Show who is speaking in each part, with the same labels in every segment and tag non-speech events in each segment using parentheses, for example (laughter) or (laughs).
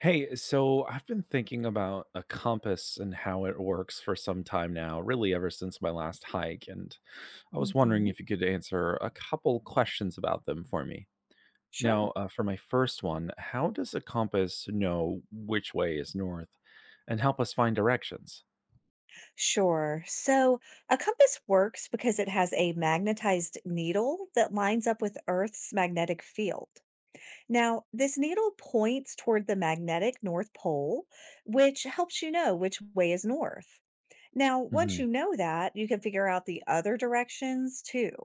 Speaker 1: Hey, so I've been thinking about a compass and how it works for some time now, really ever since my last hike, and I was wondering
Speaker 2: Hmm.
Speaker 1: if you could answer a couple questions about them for me. Now,
Speaker 2: Sure.
Speaker 1: for my first one, how does a compass know which way is north and help us find directions?
Speaker 2: Sure. So a compass works because it has a magnetized needle that lines up with Earth's magnetic field. Now, this needle points toward the magnetic North Pole, which helps you know which way is north. Now, once
Speaker 1: Mm-hmm.
Speaker 2: you know that, you can figure out the other directions too.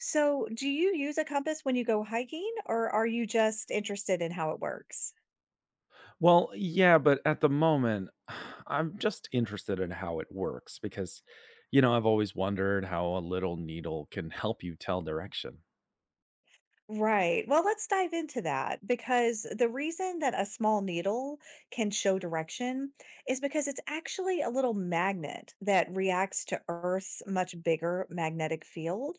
Speaker 2: So, do you use a compass when you go hiking, or are you just interested in how it works?
Speaker 1: Well, yeah, but at the moment, (sighs) I'm just interested in how it works because I've always wondered how a little needle can help you tell direction.
Speaker 2: Right. Well, let's dive into that because the reason that a small needle can show direction is because it's actually a little magnet that reacts to Earth's much bigger magnetic field.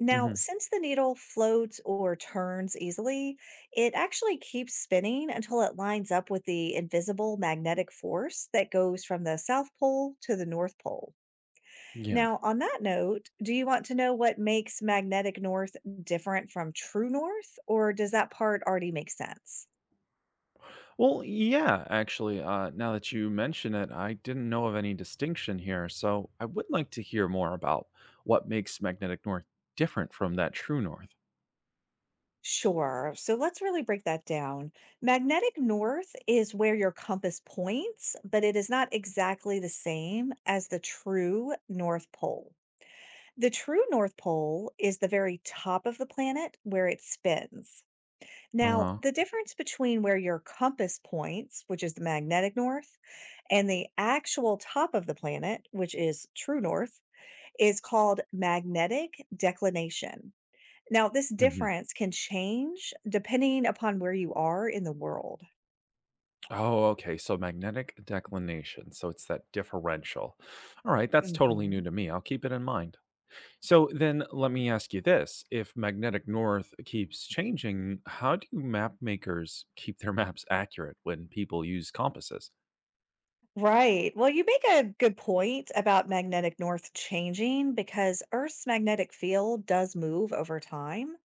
Speaker 2: Now,
Speaker 1: Hmm.
Speaker 2: since the needle floats or turns easily, it actually keeps spinning until it lines up with the invisible magnetic force that goes from the South Pole to the North Pole.
Speaker 1: Yeah.
Speaker 2: Now, on that note, do you want to know what makes magnetic north different from true north, or does that part already make sense?
Speaker 1: Well, yeah, actually, now that you mention it, I didn't know of any distinction here. So I would like to hear more about what makes magnetic north different from that true north.
Speaker 2: Sure. So let's really break that down. Magnetic north is where your compass points, but it is not exactly the same as the true north pole. The true north pole is the very top of the planet where it spins.
Speaker 1: Uh
Speaker 2: Now,
Speaker 1: huh.
Speaker 2: the difference between where your compass points, which is the magnetic north, and the actual top of the planet, which is true north, is called magnetic declination. Now, this
Speaker 1: Hmm.
Speaker 2: difference can change depending upon where you are in the world.
Speaker 1: Oh, okay. So magnetic declination. So it's that differential. All right. That's totally
Speaker 2: Hmm.
Speaker 1: new to me. I'll keep it in mind. So then let me ask you this. If magnetic north keeps changing, how do map makers keep their (laughs) maps accurate when people use compasses?
Speaker 2: Right. Well, you make a good point about magnetic north changing because Earth's magnetic field does move over time.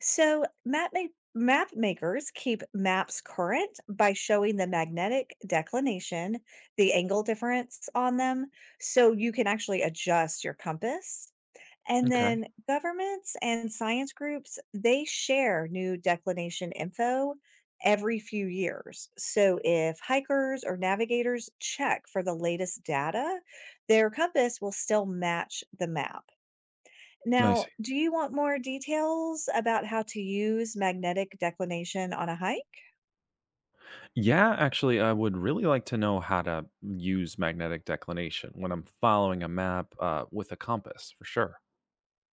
Speaker 2: So, map makers keep maps current by showing the magnetic declination, the angle difference on them, so you can actually adjust your compass. And
Speaker 1: Okay.
Speaker 2: then governments and science groups, they share new declination info every few years. So if hikers or navigators check for the latest data, their compass will still match the map.
Speaker 1: Nice.
Speaker 2: Now, do you want more details about how to use magnetic declination on a hike?
Speaker 1: Yeah, actually, I would really like to know how to use magnetic declination when I'm following a map with a compass for sure.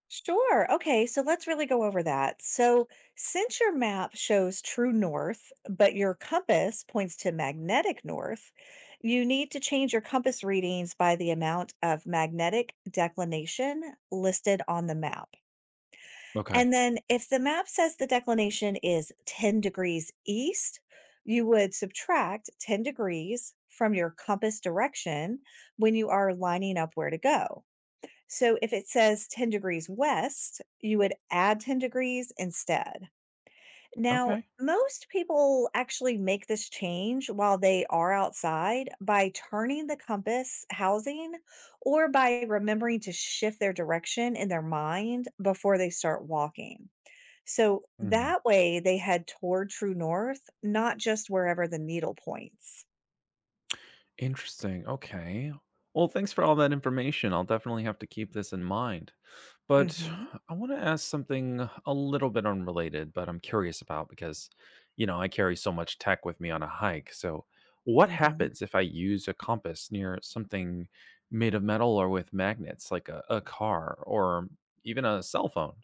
Speaker 2: Sure. Okay, so let's really go over that. So, since your map shows true north, but your compass points to magnetic north, you need to change your compass readings by the amount of magnetic declination listed on the map.
Speaker 1: Okay.
Speaker 2: And then if the map says the declination is 10 degrees east, you would subtract 10 degrees from your compass direction when you are lining up where to go. So if it says 10 degrees west, you would add 10 degrees instead. Now,
Speaker 1: Okay.
Speaker 2: most people actually make this change while they are outside by turning the compass housing or by remembering to shift their direction in their mind before they start walking. So
Speaker 1: Mhm.
Speaker 2: that way they head toward true north, not just wherever the needle points.
Speaker 1: Interesting. Okay. Well, thanks for all that information. I'll definitely have to keep this in mind. But
Speaker 2: Hmm.
Speaker 1: I want to ask something a little bit unrelated, but I'm curious about because I carry so much tech with me on a hike. So, what
Speaker 2: Hmm.
Speaker 1: happens if I use a compass near something made of metal or with magnets, like a car or even a cell phone?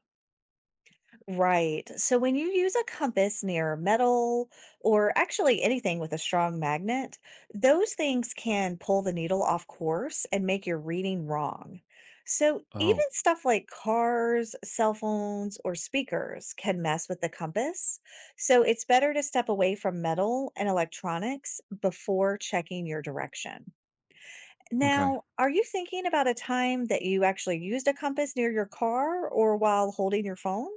Speaker 2: Right. So when you use a compass near metal or actually anything with a strong magnet, those things can pull the needle off course and make your reading wrong. So even
Speaker 1: Oh,
Speaker 2: stuff like cars, cell phones, or speakers can mess with the compass. So it's better to step away from metal and electronics before checking your direction.
Speaker 1: okay.
Speaker 2: Now, are you thinking about a time that you actually used a compass near your car or while holding your phone?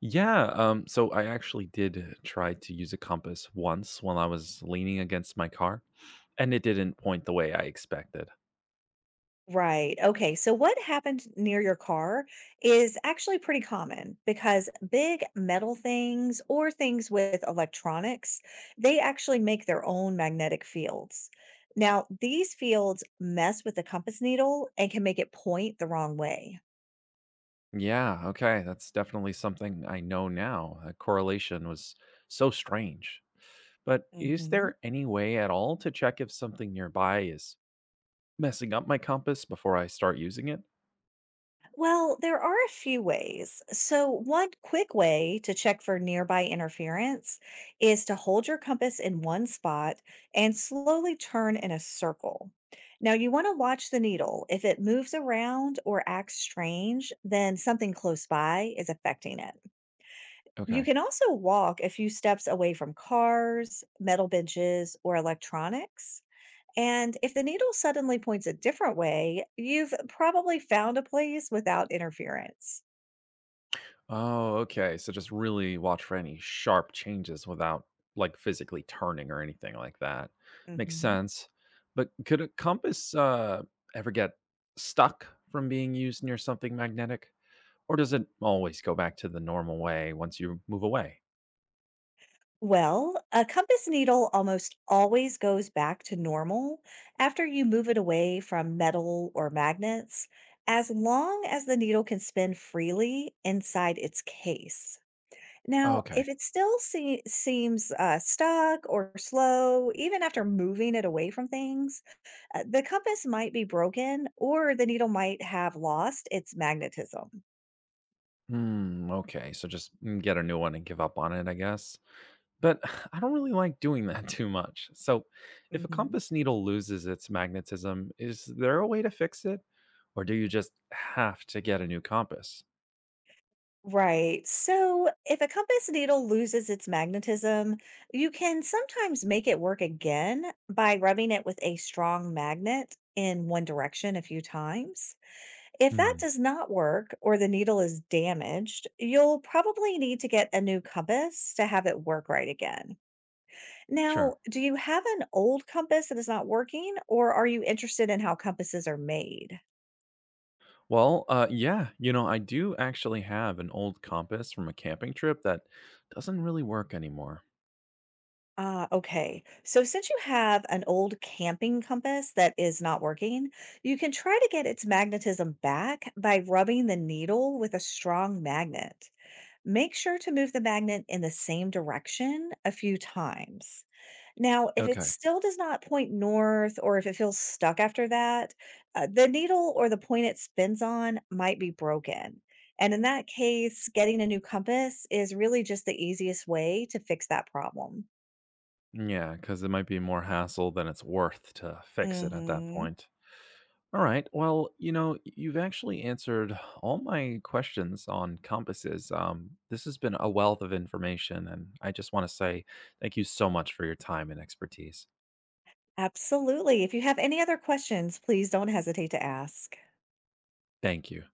Speaker 1: Yeah. So, I actually did try to use a compass once while I was leaning against my car, and it didn't point the way I expected.
Speaker 2: Right. Okay. So, what happened near your car is actually pretty common because big metal things or things with electronics, they actually make their own magnetic fields. Now, these fields mess with the compass needle and can make it point the wrong way.
Speaker 1: Yeah, okay, that's definitely something I know now. That correlation was so strange. But is
Speaker 2: Mhm.
Speaker 1: there any way at all to check if something nearby is messing up my compass before I start using it?
Speaker 2: Well, there are a few ways. So, one quick way to check for nearby interference is to hold your compass in one spot and slowly turn in a circle. Now, you want to watch the needle. If it moves around or acts strange, then something close by is affecting it. You
Speaker 1: Okay.
Speaker 2: can also walk a few steps away from cars, metal benches, or electronics. And if the needle suddenly points a different way, you've probably found a place without interference.
Speaker 1: Oh, okay. So just really watch for any sharp changes without like physically turning or anything like that. Makes
Speaker 2: Hmm.
Speaker 1: sense. But could a compass ever get stuck from being used near something magnetic? Or does it always go back to the normal way once you move away?
Speaker 2: Well, a compass needle almost always goes back to normal after you move it away from metal or magnets, as long as the needle can spin freely inside its case. Now,
Speaker 1: Okay.
Speaker 2: if it still seems, stuck or slow, even after moving it away from things, the compass might be broken or the needle might have lost its magnetism.
Speaker 1: Hmm. Okay. So just get a new one and give up on it, I guess. But (sighs) I don't really like doing that (laughs) too much. So if a
Speaker 2: Hmm.
Speaker 1: compass needle loses its magnetism, is there a way to fix it? Or do you just have to get a new compass?
Speaker 2: Right. So, if a compass needle loses its magnetism, you can sometimes make it work again by rubbing it with a strong magnet in one direction a few times. If that
Speaker 1: Hmm.
Speaker 2: does not work or the needle is damaged, you'll probably need to get a new compass to have it work right again. Now,
Speaker 1: Sure.
Speaker 2: do you have an old compass that is not working, or are you interested in how compasses are made?
Speaker 1: Well, yeah, you know, I do actually have an old compass from a camping trip that doesn't really work anymore.
Speaker 2: Ah, okay. So, since you have an old camping compass that is not working, you can try to get its magnetism back by rubbing the needle with a strong magnet. Make sure to move the magnet in the same direction a few times. Now, if it
Speaker 1: Okay.
Speaker 2: still does not point north or if it feels stuck after that, the needle or the point it spins on might be broken. And in that case, getting a new compass is really just the easiest way to fix that problem.
Speaker 1: Yeah, because it might be more hassle than it's worth to fix it at that
Speaker 2: Hmm.
Speaker 1: point. All right. Well, you know, you've actually answered all my questions on compasses. This has been a wealth of information, and I just want to say thank you so much for your time and expertise.
Speaker 2: Absolutely. If you have any other questions, please don't hesitate to ask.
Speaker 1: Thank you.